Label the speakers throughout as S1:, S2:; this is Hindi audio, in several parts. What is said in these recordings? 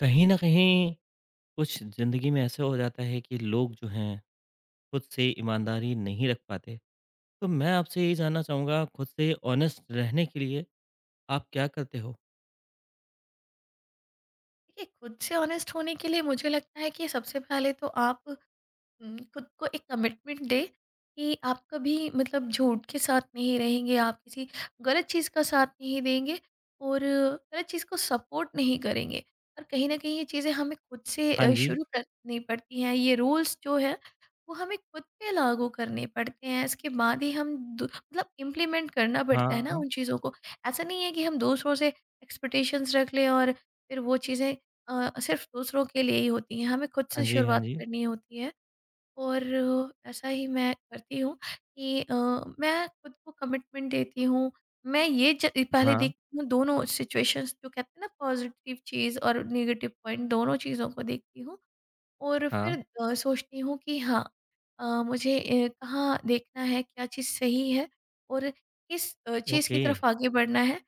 S1: कहीं न कहीं कुछ ज़िंदगी में ऐसे हो जाता है कि लोग जो हैं, खुद से ईमानदारी नहीं रख पाते। तो मैं आपसे यही जानना चाहूँगा खुद से ऑनेस्ट रहने के लिए आप क्या करते हो?
S2: देखिए, खुद से ऑनेस्ट होने के लिए मुझे लगता है कि सबसे पहले तो आप खुद को एक कमिटमेंट दें कि आप कभी मतलब झूठ के साथ नहीं रहेंगे, आप किसी गलत चीज़ का साथ नहीं देंगे और गलत चीज़ को सपोर्ट नहीं करेंगे। और कहीं न कहीं ये चीज़ें हमें खुद से
S1: हाँ जी।
S2: शुरू करनी पड़ती हैं, ये रूल्स जो है वो हमें खुद पे लागू करने पड़ते हैं, इसके बाद ही हम दू मतलब इम्प्लीमेंट करना पड़ता है ना
S1: हाँ।
S2: उन चीज़ों को। ऐसा नहीं है कि हम दूसरों से एक्सपेक्टेशंस रख लें और फिर वो चीज़ें सिर्फ़ दूसरों के लिए ही होती हैं, हमें खुद से
S1: हाँ जी, हाँ
S2: शुरुआत
S1: जी।
S2: करनी होती है और ऐसा ही मैं करती हूँ कि मैं खुद को कमिटमेंट देती हूँ। मैं ये ज पहले
S1: हाँ,
S2: देखती हूँ दोनों सिचुएशंस, जो कहते हैं ना पॉज़िटिव चीज़ और नेगेटिव पॉइंट, दोनों चीज़ों को देखती हूँ और
S1: हाँ।
S2: फिर सोचती हूँ कि हाँ, मुझे कहाँ देखना है, क्या चीज़ सही है और किस चीज़ की
S1: ओके,
S2: तरफ आगे बढ़ना है।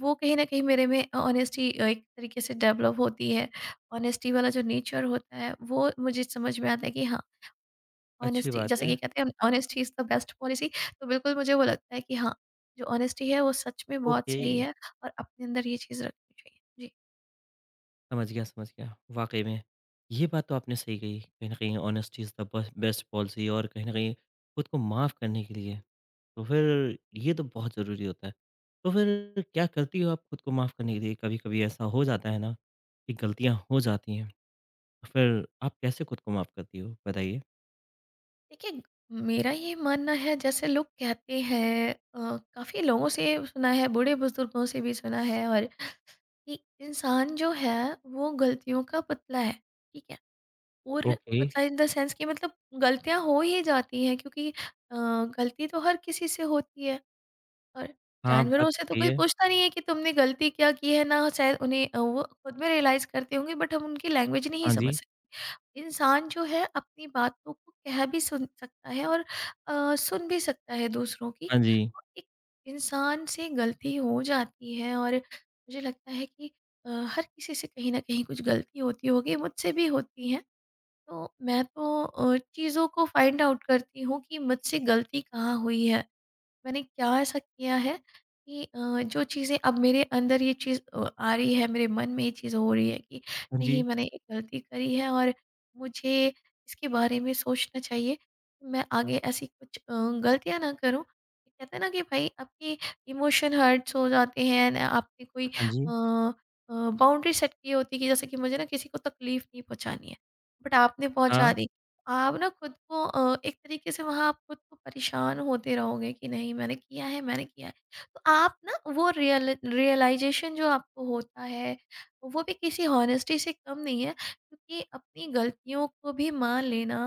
S2: वो कहीं न कहीं मेरे में ऑनेस्टी एक तरीके से डेवलप होती है। ऑनेस्टी वाला जो नेचर होता है वो मुझे समझ में आता है कि हाँ,
S1: अच्छी
S2: ऑनेस्टी
S1: बात
S2: जैसे कि
S1: है।
S2: कहते हैं, honesty is the best policy. तो बिल्कुल मुझे वो लगता है कि हाँ, जो ऑनेस्टी है वो सच में बहुत
S1: ओके,
S2: सही है और अपने अंदर ये चीज़ रखनी चाहिए। जी,
S1: समझ गया, समझ गया। वाक़ई में, ये बात तो आपने सही कही। कहीं न कहीं ऑनेस्टी इज़ द बस बेस्ट पॉलिसी और कहीं न कहीं खुद को माफ़ करने के लिए तो फिर ये तो बहुत ज़रूरी होता है। तो फिर क्या करती हो आप खुद को माफ़ करने के लिए? कभी-कभी ऐसा हो जाता है ना कि गलतियाँ हो जाती हैं, तो फिर आप कैसे खुद को माफ़ करती हो? बताइए।
S2: देखिए, मेरा ये मानना है, जैसे लोग कहते हैं, काफ़ी लोगों से सुना है, बूढ़े-बुजुर्गों से भी सुना है, और कि इंसान जो है वो गलतियों का पुतला है, ठीक है? और
S1: ओके।
S2: पुतला इन द सेंस कि मतलब गलतियाँ हो ही जाती हैं क्योंकि गलती तो हर किसी से होती है। और
S1: हाँ, बात
S2: जानवरों
S1: तो
S2: से तो
S1: सही
S2: कोई
S1: है।
S2: पूछता नहीं है कि तुमने गलती क्या की है ना, शायद उन्हें वो खुद में रियलाइज़ करते होंगे बट हम उनकी लैंग्वेज नहीं
S1: हाँ
S2: समझ
S1: जी,
S2: सकते। इंसान जो है अपनी बातों को कह भी सुन सकता है और सुन भी सकता है दूसरों की।
S1: हाँ जी,
S2: तो एक इंसान से गलती हो जाती है और मुझे लगता है कि अ, हर किसी से कहीं न कहीं कुछ गलती होती होगी, मुझसे भी होती है। तो मैं तो चीज़ों को फाइंड आउट करती हूँ कि मुझसे गलती कहाँ हुई है। मैंने क्या ऐसा किया है कि जो चीज़ें अब मेरे अंदर ये चीज़ आ रही है, मेरे मन में ये चीज़ हो रही है कि
S1: हाँ
S2: नहीं,
S1: जी,
S2: मैंने एक गलती करी है और मुझे इसके बारे में सोचना चाहिए। कि मैं आगे ऐसी कुछ गलतियाँ ना करूँ। कहते हैं ना कि भाई आपके इमोशन हर्ट्स हो जाते हैं ना, आपने कोई
S1: हाँ जी,
S2: अ अ, बाउंड्री सेट की होती है कि जैसे कि मुझे ना किसी को तकलीफ़ नहीं पहुँचानी है, बट आपने पहुँचा
S1: हाँ,
S2: दी। आप ना खुद को एक तरीके से, वहाँ आप खुद को परेशान होते रहोगे कि नहीं मैंने किया है, मैंने किया है, तो आप ना वो रियल रियलाइजेशन जो आपको होता है वो भी किसी हॉनेस्टी से कम नहीं है क्योंकि अपनी गलतियों को भी मान लेना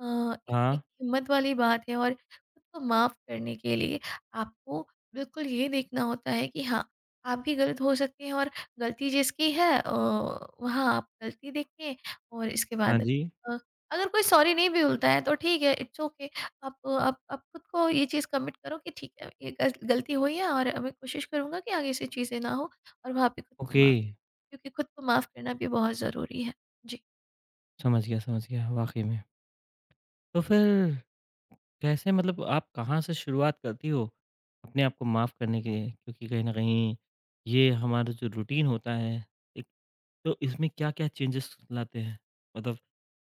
S2: एक
S1: हाँ,
S2: एक हिम्मत वाली बात है। और खुद को माफ़ करने के लिए आपको बिल्कुल ये देखना होता है कि हाँ, आप भी गलत हो सकते हैं और गलती जिसकी है वहाँ आप गलती देखें और इसके
S1: हाँ
S2: बाद
S1: जी।
S2: अगर कोई सॉरी नहीं भी बोलता है तो ठीक है, इट्स ओके। आप खुद को ये चीज़ कमिट करो कि ठीक है, ये गलती हुई है और मैं कोशिश करूंगा कि आगे से चीज़ें ना हो और वहाँ पे खुद को
S1: ओके,
S2: माफ़, क्योंकि खुद को माफ़ करना भी बहुत ज़रूरी है। जी।
S1: समझ गया, वाक़ई में। तो फिर कैसे मतलब आप कहाँ से शुरुआत करती हो अपने आप को माफ़ करने के लिए? क्योंकि कहीं न कहीं ये हमारा जो रूटीन होता है, एक तो इसमें क्या-क्या चेंजेस लाते हैं? मतलब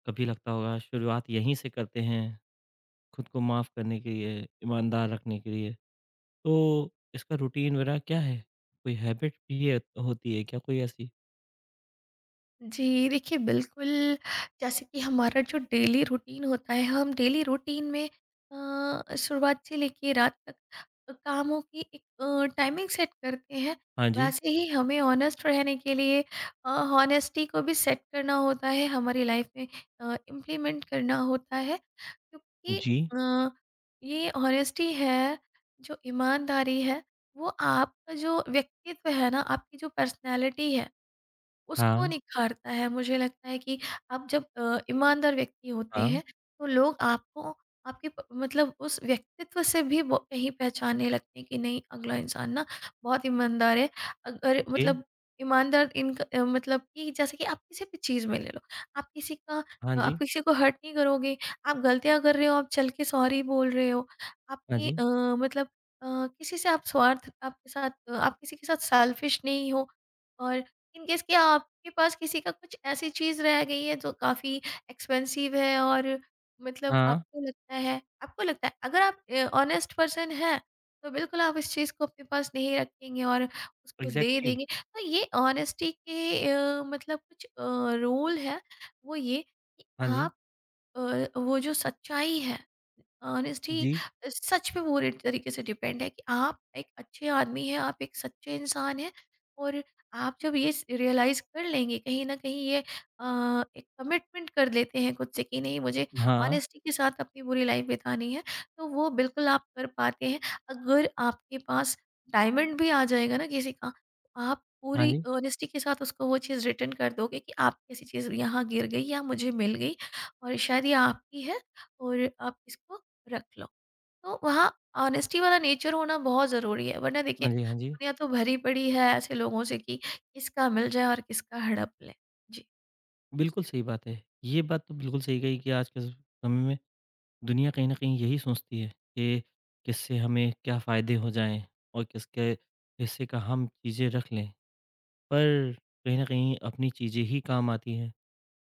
S1: कभी लगता होगा शुरुआत यहीं से करते हैं, खुद को माफ़ करने के लिए, ईमानदार रखने के लिए। तो इसका रूटीन वगैरह क्या है? कोई हैबिट भी है होती है क्या कोई ऐसी?
S2: जी, देखिए, बिल्कुल, जैसे कि हमारा जो डेली रूटीन होता है, हम डेली रूटीन में शुरुआत से लेके रात तक कामों की एक टाइमिंग सेट करते हैं,
S1: हाँ जी।
S2: वैसे ही हमें ऑनेस्ट रहने के लिए हॉनेस्टी को भी सेट करना होता है, हमारी लाइफ में इम्प्लीमेंट करना होता है, क्योंकि
S1: जी।
S2: अ, ये हॉनेस्टी है, जो ईमानदारी है, वो आपका जो व्यक्तित्व है ना, आपकी जो पर्सनैलिटी है उसको
S1: हाँ,
S2: निखारता है। मुझे लगता है कि आप जब ईमानदार व्यक्ति होते
S1: हाँ।
S2: हैं तो लोग आपको, आपके प मतलब उस व्यक्तित्व से भी, वो कहीं पहचानने लगते हैं कि नहीं, अगला इंसान ना बहुत ईमानदार है। अगर
S1: ओके।
S2: मतलब ईमानदार इनका मतलब कि जैसे कि आप किसी भी चीज़ में ले लो, आप किसी का
S1: हाँ
S2: आप
S1: जी,
S2: किसी को हर्ट नहीं करोगे, आप गलतियाँ कर रहे हो, आप चल के सॉरी बोल रहे हो,
S1: हाँ
S2: आपने
S1: जी।
S2: मतलब अ, किसी से आप स्वार्थ, आपके साथ आप किसी के साथ सेल्फिश नहीं हो, और इन केस कि आपके पास किसी का कुछ ऐसी चीज़ रह गई है जो काफ़ी एक्सपेंसिव है और मतलब
S1: हाँ,
S2: आपको लगता है अगर आप ऑनेस्ट पर्सन हैं तो बिल्कुल आप इस चीज़ को अपने पास नहीं रखेंगे और उसको दे
S1: एग्ज़ैक्टली।
S2: देंगे। तो ये ऑनेस्टी के मतलब कुछ रूल है, वो ये कि
S1: हाँ जी,
S2: आप अ, वो जो सच्चाई है, ऑनेस्टी,
S1: जी।
S2: सच पे पूरे तरीके से डिपेंड है कि आप एक अच्छे आदमी हैं, आप एक सच्चे इंसान हैं, और आप जब ये रियलाइज कर लेंगे कहीं ना कहीं ये एक कमिटमेंट कर लेते हैं खुद से कि नहीं, मुझे
S1: हाँ,
S2: ऑनेस्टी के साथ अपनी पूरी लाइफ बितानी है, तो वो बिल्कुल आप कर पाते हैं। अगर आपके पास डायमंड भी आ जाएगा ना किसी का, तो आप
S1: हाँ
S2: पूरी
S1: जी।
S2: ऑनेस्टी के साथ उसको वो चीज़ रिटर्न कर दोगे कि आप, कैसी चीज़ यहाँ गिर गई या मुझे मिल गई और शायद ये आपकी है, और आप इसको रख लो। तो वहाँ ऑनेस्टी वाला नेचर होना बहुत ज़रूरी है, वरना देखिए
S1: हाँ जी, हाँ जी।
S2: दुनिया तो भरी पड़ी है ऐसे लोगों से कि किसका मिल जाए और किसका हड़प ले। जी।
S1: बिल्कुल सही बात है। ये बात तो बिल्कुल सही कही कि आज के स समय में दुनिया कहीं न कहीं यही सोचती है कि किससे हमें क्या फ़ायदे हो जाएँ और किसके हिस्से का हम चीज़ें रख लें। पर कहीं न कहीं अपनी चीज़ें ही काम आती हैं,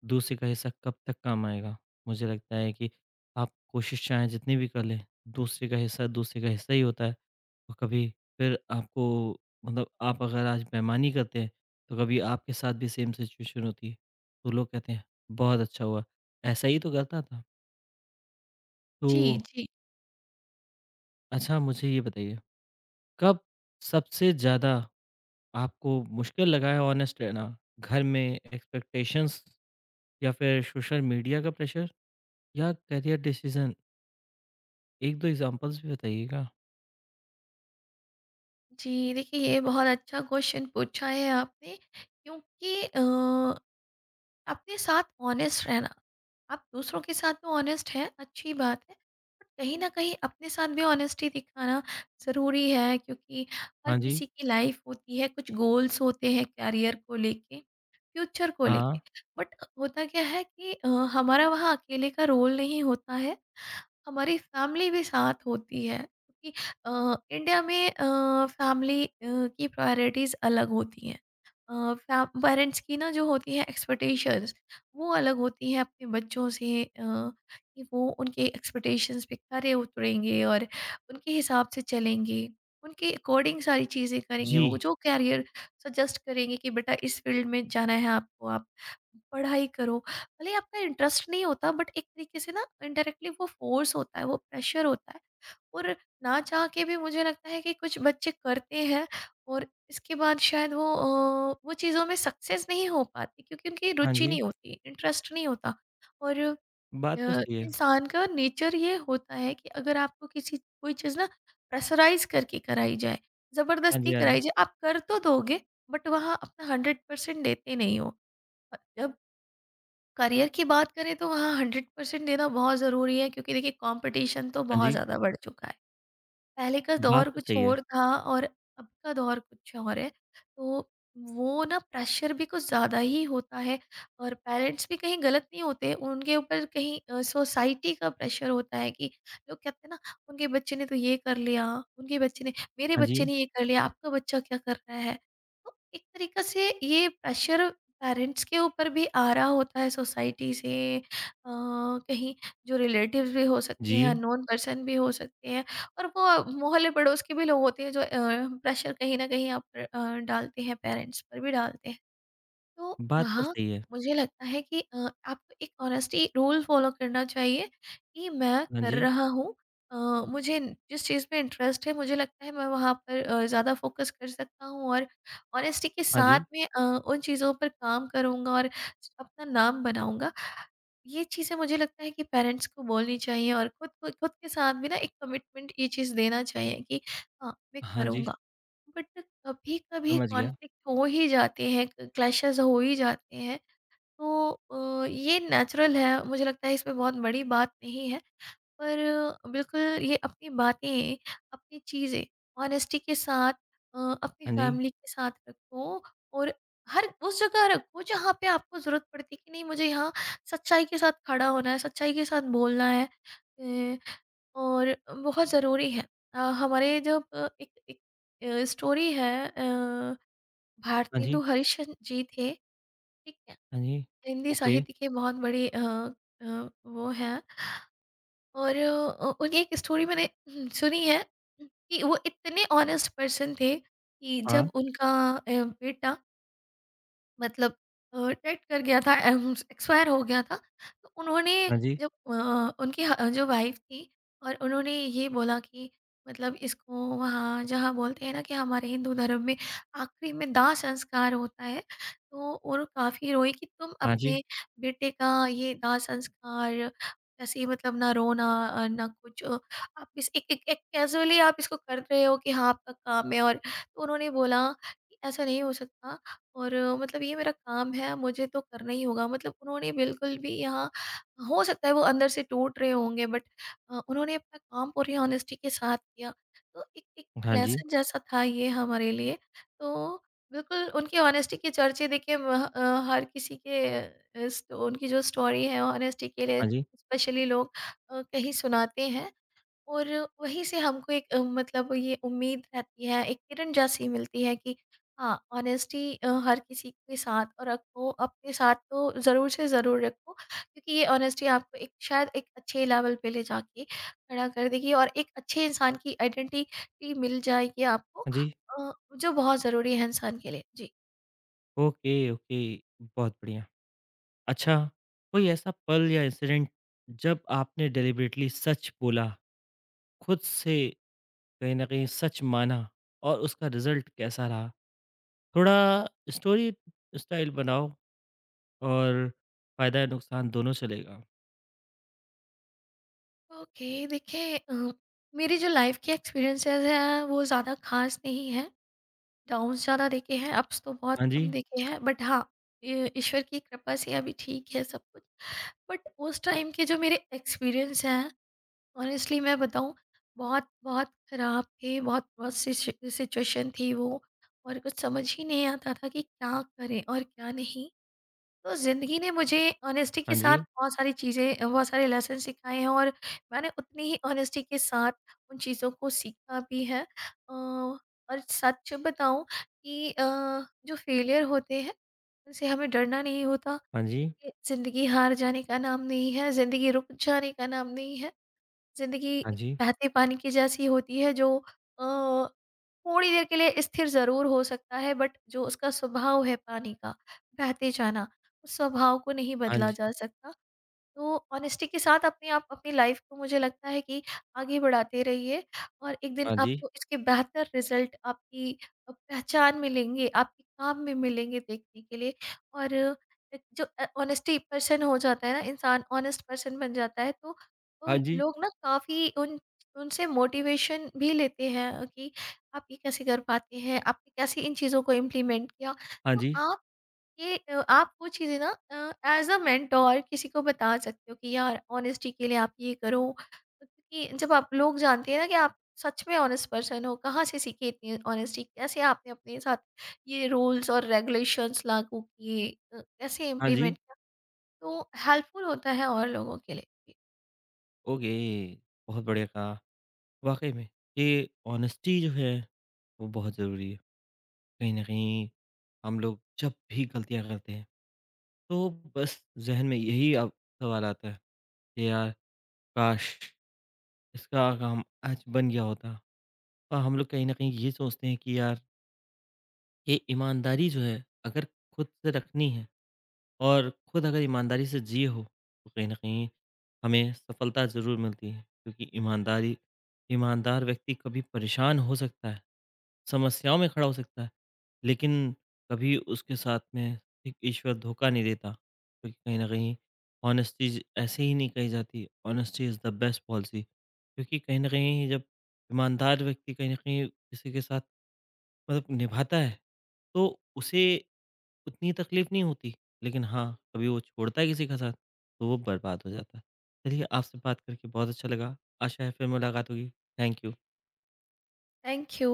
S1: दूसरे का हिस्सा कब तक काम आएगा? मुझे लगता है कि आप कोशिश चाहें जितनी भी कर लें, दूसरे का हिस्सा ही होता है। और कभी फिर आपको मतलब आप अगर आज बेईमानी करते हैं, तो कभी आपके साथ भी सेम सिचुएशन होती है। तो लोग कहते हैं, "बहुत अच्छा हुआ, ऐसा ही तो करता था।" तो
S2: जी, जी।
S1: अच्छा मुझे ये बताइए कब सबसे ज़्यादा आपको मुश्किल लगा है ऑनेस्ट रहना? घर में एक्सपेक्टेशंस या फिर सोशल मीडिया का प्रेशर या करियर डिसीज़न? 1-2 एग्ज़ाम्पल्स भी बताइएगा।
S2: जी, देखिए, ये बहुत अच्छा क्वेश्चन पूछा है आपने, क्योंकि अपने साथ ऑनेस्ट रहना, आप दूसरों के साथ तो ऑनेस्ट हैं, अच्छी बात है, बट कहीं ना कहीं अपने साथ भी ऑनेस्टी दिखाना ज़रूरी है क्योंकि हर
S1: हाँ जी,
S2: किसी की लाइफ होती है, कुछ गोल्स होते हैं कैरियर को लेके, फ्यूचर को
S1: हाँ,
S2: लेके, बट होता क्या है कि हमारा वहाँ अकेले का रोल नहीं होता है, हमारी फैमिली भी साथ होती है, क्योंकि इंडिया में फैमिली की प्रायोरिटीज़ अलग होती हैं, पेरेंट्स की ना जो होती है एक्सपेक्टेशंस, वो अलग होती हैं अपने बच्चों से, कि वो उनके एक्सपेक्टेशंस पे खरे उतरेंगे और उनके हिसाब से चलेंगे, उनके अकॉर्डिंग सारी चीज़ें करेंगे, वो
S1: जी,
S2: जो कैरियर सजेस्ट करेंगे कि बेटा इस फील्ड में जाना है आपको, आप पढ़ाई करो, भले ही आपका इंटरेस्ट नहीं होता, बट एक तरीके से ना इनडायरेक्टली वो फोर्स होता है, वो प्रेशर होता है, और ना चाह के भी मुझे लगता है कि कुछ बच्चे करते हैं और इसके बाद शायद वो चीज़ों में सक्सेस नहीं हो पाती क्योंकि उनकी
S1: हाँ
S2: रुचि
S1: जी,
S2: नहीं होती, इंटरेस्ट नहीं होता। और
S1: बात तो सही है।
S2: इंसान का नेचर ये होता है कि अगर आपको किसी कोई चीज़ ना प्रेशराइज करके कराई जाए,
S1: हाँ
S2: ज़बरदस्ती
S1: जी, हाँ
S2: कराई
S1: जी,
S2: जाए, आप कर तो दोगे बट वहाँ अपना हंड्रेड परसेंट देते नहीं हो। जब करियर की बात करें तो वहाँ 100% देना बहुत ज़रूरी है, क्योंकि देखिए, कंपटीशन तो
S1: हाँ
S2: बहुत
S1: जी,
S2: ज़्यादा बढ़ चुका है। पहले का
S1: बात
S2: दौर
S1: तो
S2: कुछ
S1: सही है।
S2: और था और अब का दौर कुछ और है, तो वो ना प्रेशर भी कुछ ज़्यादा ही होता है। और पेरेंट्स भी कहीं गलत नहीं होते, उनके ऊपर कहीं सोसाइटी का प्रेशर होता है कि लोग कहते हैं ना, उनके बच्चे ने तो ये कर लिया, उनके बच्चे ने, मेरे
S1: हाँ
S2: बच्चे
S1: जी,
S2: ने ये कर लिया, आपका बच्चा क्या कर रहा है। तो एक तरीका से ये प्रेशर पेरेंट्स के ऊपर भी आ रहा होता है, सोसाइटी से कहीं, जो रिलेटिव्स भी हो सकते हैं,
S1: जी,
S2: अननोन पर्सन भी हो सकते हैं, और वो मोहल्ले पड़ोस के भी लोग होते हैं, जो प्रेशर कहीं न कहीं आप पर डालते हैं, पेरेंट्स पर भी डालते हैं। तो
S1: बात तो
S2: वहाँ
S1: सही है।
S2: मुझे लगता है कि आपको एक ऑनेस्टी रूल फॉलो करना चाहिए कि मैं
S1: हाँ
S2: कर
S1: जी,
S2: रहा हूँ, अ, मुझे जिस चीज़ में इंटरेस्ट है मुझे लगता है मैं वहाँ पर ज़्यादा फोकस कर सकता हूँ और ऑनेस्टी के
S1: हाँ
S2: साथ
S1: जी,
S2: में उन चीज़ों पर काम करूँगा और अपना नाम बनाऊँगा। ये चीज़ें मुझे लगता है कि पेरेंट्स को बोलनी चाहिए, और खुद को, खुद के साथ भी ना एक कमिटमेंट ये चीज़ देना चाहिए कि हाँ, मैं
S1: हाँ जी,
S2: करूँगा। बट कभी कभी
S1: समझ गया।
S2: कॉन्फ्लिक्ट हो ही जाते हैं, क्लैशेस हो ही जाते हैं, तो ये नेचुरल है, मुझे लगता है इसमें बहुत बड़ी बात नहीं है। पर बिल्कुल ये अपनी बातें, अपनी चीज़ें ऑनेस्टी के साथ अपनी
S1: हाँ जी,
S2: फैमिली के साथ रखो, और हर उस जगह रखो जहाँ पे आपको ज़रूरत पड़ती है कि नहीं, मुझे यहाँ सच्चाई के साथ खड़ा होना है, सच्चाई के साथ बोलना है, और बहुत ज़रूरी है। हमारे जब एक एक स्टोरी है,
S1: हाँ जी,
S2: भारतेंदु हरिश्चंद्र जी थे, ठीक है?
S1: हाँ जी,
S2: हिंदी
S1: ओके,
S2: साहित्य के बहुत बड़े वो हैं। और उनकी एक स्टोरी मैंने सुनी है कि वो इतने ऑनेस्ट पर्सन थे कि
S1: हाँ,
S2: जब उनका बेटा, मतलब अ, डेड कर गया था, एम एक्सपायर हो गया था। तो उन्होंने
S1: हाँ जी,
S2: जब उनकी ह जो वाइफ़ थी, और उन्होंने ये बोला कि मतलब इसको वहाँ जहाँ बोलते हैं ना कि हमारे हिंदू धर्म में आखिरी में दाह संस्कार होता है, तो और काफ़ी रोई कि तुम
S1: हाँ जी,
S2: अपने बेटे का ये दाह संस्कार ऐसे ही, मतलब ना रोना ना कुछ, आप इस एक एक एक कैज़ुअली आप इसको कर रहे हो कि हाँ, आपका काम है। और तो उन्होंने बोला कि ऐसा नहीं हो सकता। और मतलब ये मेरा काम है, मुझे तो करना ही होगा। मतलब उन्होंने बिल्कुल भी यहाँ, हो सकता है वो अंदर से टूट रहे होंगे, बट उन्होंने अपना काम पूरी ऑनेस्टी के साथ किया। तो एक एक, एक
S1: हाँ जी,
S2: लेसन जैसा था ये हमारे लिए। तो बिल्कुल उनकी ऑनेस्टी के चर्चे देखिए, हर किसी के, उनकी जो स्टोरी है ऑनेस्टी के लिए,
S1: हाँ जी,
S2: स्पेशली लोग कहीं सुनाते हैं। और वहीं से हमको एक, मतलब ये उम्मीद रहती है, एक किरण जैसी मिलती है कि हाँ, ऑनेस्टी हर किसी के साथ और रखो, अपने साथ तो ज़रूर से ज़रूर रखो, क्योंकि ये ऑनेस्टी आपको एक, शायद एक अच्छे लेवल पे ले जाके खड़ा कर देगी और एक अच्छे इंसान की आइडेंटिटी मिल जाएगी आपको।
S1: हाँ जी।
S2: जो बहुत ज़रूरी है इंसान के लिए। जी।
S1: Okay, okay. बहुत बढ़िया। अच्छा, कोई ऐसा पल या इंसिडेंट जब आपने डेलिबरेटली सच बोला, खुद से कहीं न कहीं सच माना और उसका रिज़ल्ट कैसा रहा? थोड़ा स्टोरी स्टाइल बनाओ और फ़ायदा-नुकसान दोनों चलेगा।
S2: ओके, देखिए, मेरी जो लाइफ़ की एक्सपीरियंसेस हैं, वो ज़्यादा ख़ास नहीं है। डाउन्स ज़्यादा देखे हैं, अप्स तो बहुत
S1: हाँ जी,
S2: कम देखे हैं, बट हाँ, ये ईश्वर की कृपा से अभी ठीक है सब कुछ। बट उस टाइम के जो मेरे एक्सपीरियंस हैं, ऑनेस्टली मैं बताऊँ, बहुत बहुत ख़राब थे, बहुत बहुत सिचुएशन थी वो। और कुछ समझ ही नहीं आता था कि क्या करें और क्या नहीं। तो ज़िंदगी ने मुझे ऑनेस्टी के
S1: हाँ
S2: साथ
S1: जी,
S2: बहुत सारी चीज़ें, बहुत सारे लेसन सिखाए हैं। और मैंने उतनी ही ऑनेस्टी के साथ उन चीज़ों को सीखा भी है। और सच बताऊं कि जो फेलियर होते हैं, उनसे हमें डरना नहीं होता,
S1: हाँ जी,
S2: क्योंकि ज़िंदगी हार जाने का नाम नहीं है, ज़िंदगी रुक जाने का नाम नहीं है। ज़िंदगी
S1: हाँ
S2: एक
S1: जी,
S2: बहते पानी की जैसी होती है, जो अ, थोड़ी देर के लिए स्थिर ज़रूर हो सकता है, बट जो उसका स्वभाव है पानी का, बहते जाना, उस स्वभाव को नहीं
S1: हाँ
S2: बदला
S1: जी,
S2: जा सकता। तो ऑनेस्टी के साथ अपने आप अपनी लाइफ को, मुझे लगता है कि आगे बढ़ाते रहिए। और एक दिन
S1: हाँ जी,
S2: आपको इसके बेहतर रिजल्ट, आपकी पहचान मिलेंगे, आपके काम में मिलेंगे देखने के लिए। और एक जो ऑनेस्टी पर्सन हो जाता है ना, इंसान ऑनेस्ट पर्सन बन जाता है, तो
S1: हाँ जी,
S2: लोग ना काफ़ी उन उनसे मोटिवेशन भी लेते हैं कि आप ये कैसे कर पाते हैं, आपने कैसे इन चीज़ों को इम्प्लीमेंट किया।
S1: हाँ
S2: तो
S1: जी,
S2: आप ये, आप वो चीज़ें ना एज अ मेंटोर किसी को बता सकते हो कि यार ऑनेस्टी के लिए आप ये करो। क्योंकि जब आप लोग जानते हैं ना कि आप सच में ऑनेस्ट पर्सन हो, कहाँ से सीखे इतनी ऑनेस्टी, कैसे आपने अपने साथ ये रूल्स और रेगुलेशंस लागू किए, कैसे
S1: हाँ जी।
S2: इम्प्लीमेंट किया, तो हेल्पफुल होता है और लोगों के लिए।
S1: ओके, बहुत बढ़िया कहा। वाक़ई में ये ऑनेस्टी जो है, वो बहुत ज़रूरी है। कहीं न कहीं हम लोग जब भी गलतियाँ करते हैं, तो बस ज़हन में यही अब सवाल आता है कि यार काश! इसका काम आज बन गया होता। और हम लोग कहीं न कहीं ये सोचते हैं कि यार ये ईमानदारी जो है अगर खुद से रखनी है और खुद अगर ईमानदारी से जिए हो, तो कहीं न कहीं हमें सफलता ज़रूर मिलती है। क्योंकि ईमानदारी ईमानदार व्यक्ति कभी परेशान हो सकता है। समस्याओं में खड़ा हो सकता है, लेकिन कभी उसके साथ में एक ईश्वर धोखा नहीं देता। क्योंकि कहीं न कहीं ऑनेस्टी ज ऐसे ही नहीं कही जाती, honesty is the best policy. क्योंकि कहीं न कहीं जब ईमानदार व्यक्ति कहीं न कहीं किसी के साथ मतलब निभाता है, तो उसे उतनी तकलीफ नहीं होती। लेकिन हाँ, कभी वो छोड़ता है किसी का साथ, तो वो बर्बाद हो जाता है। चलिए, आपसे बात करके बहुत अच्छा लगा। आशा है फिर मुलाकात होगी। Thank you.
S2: Thank you.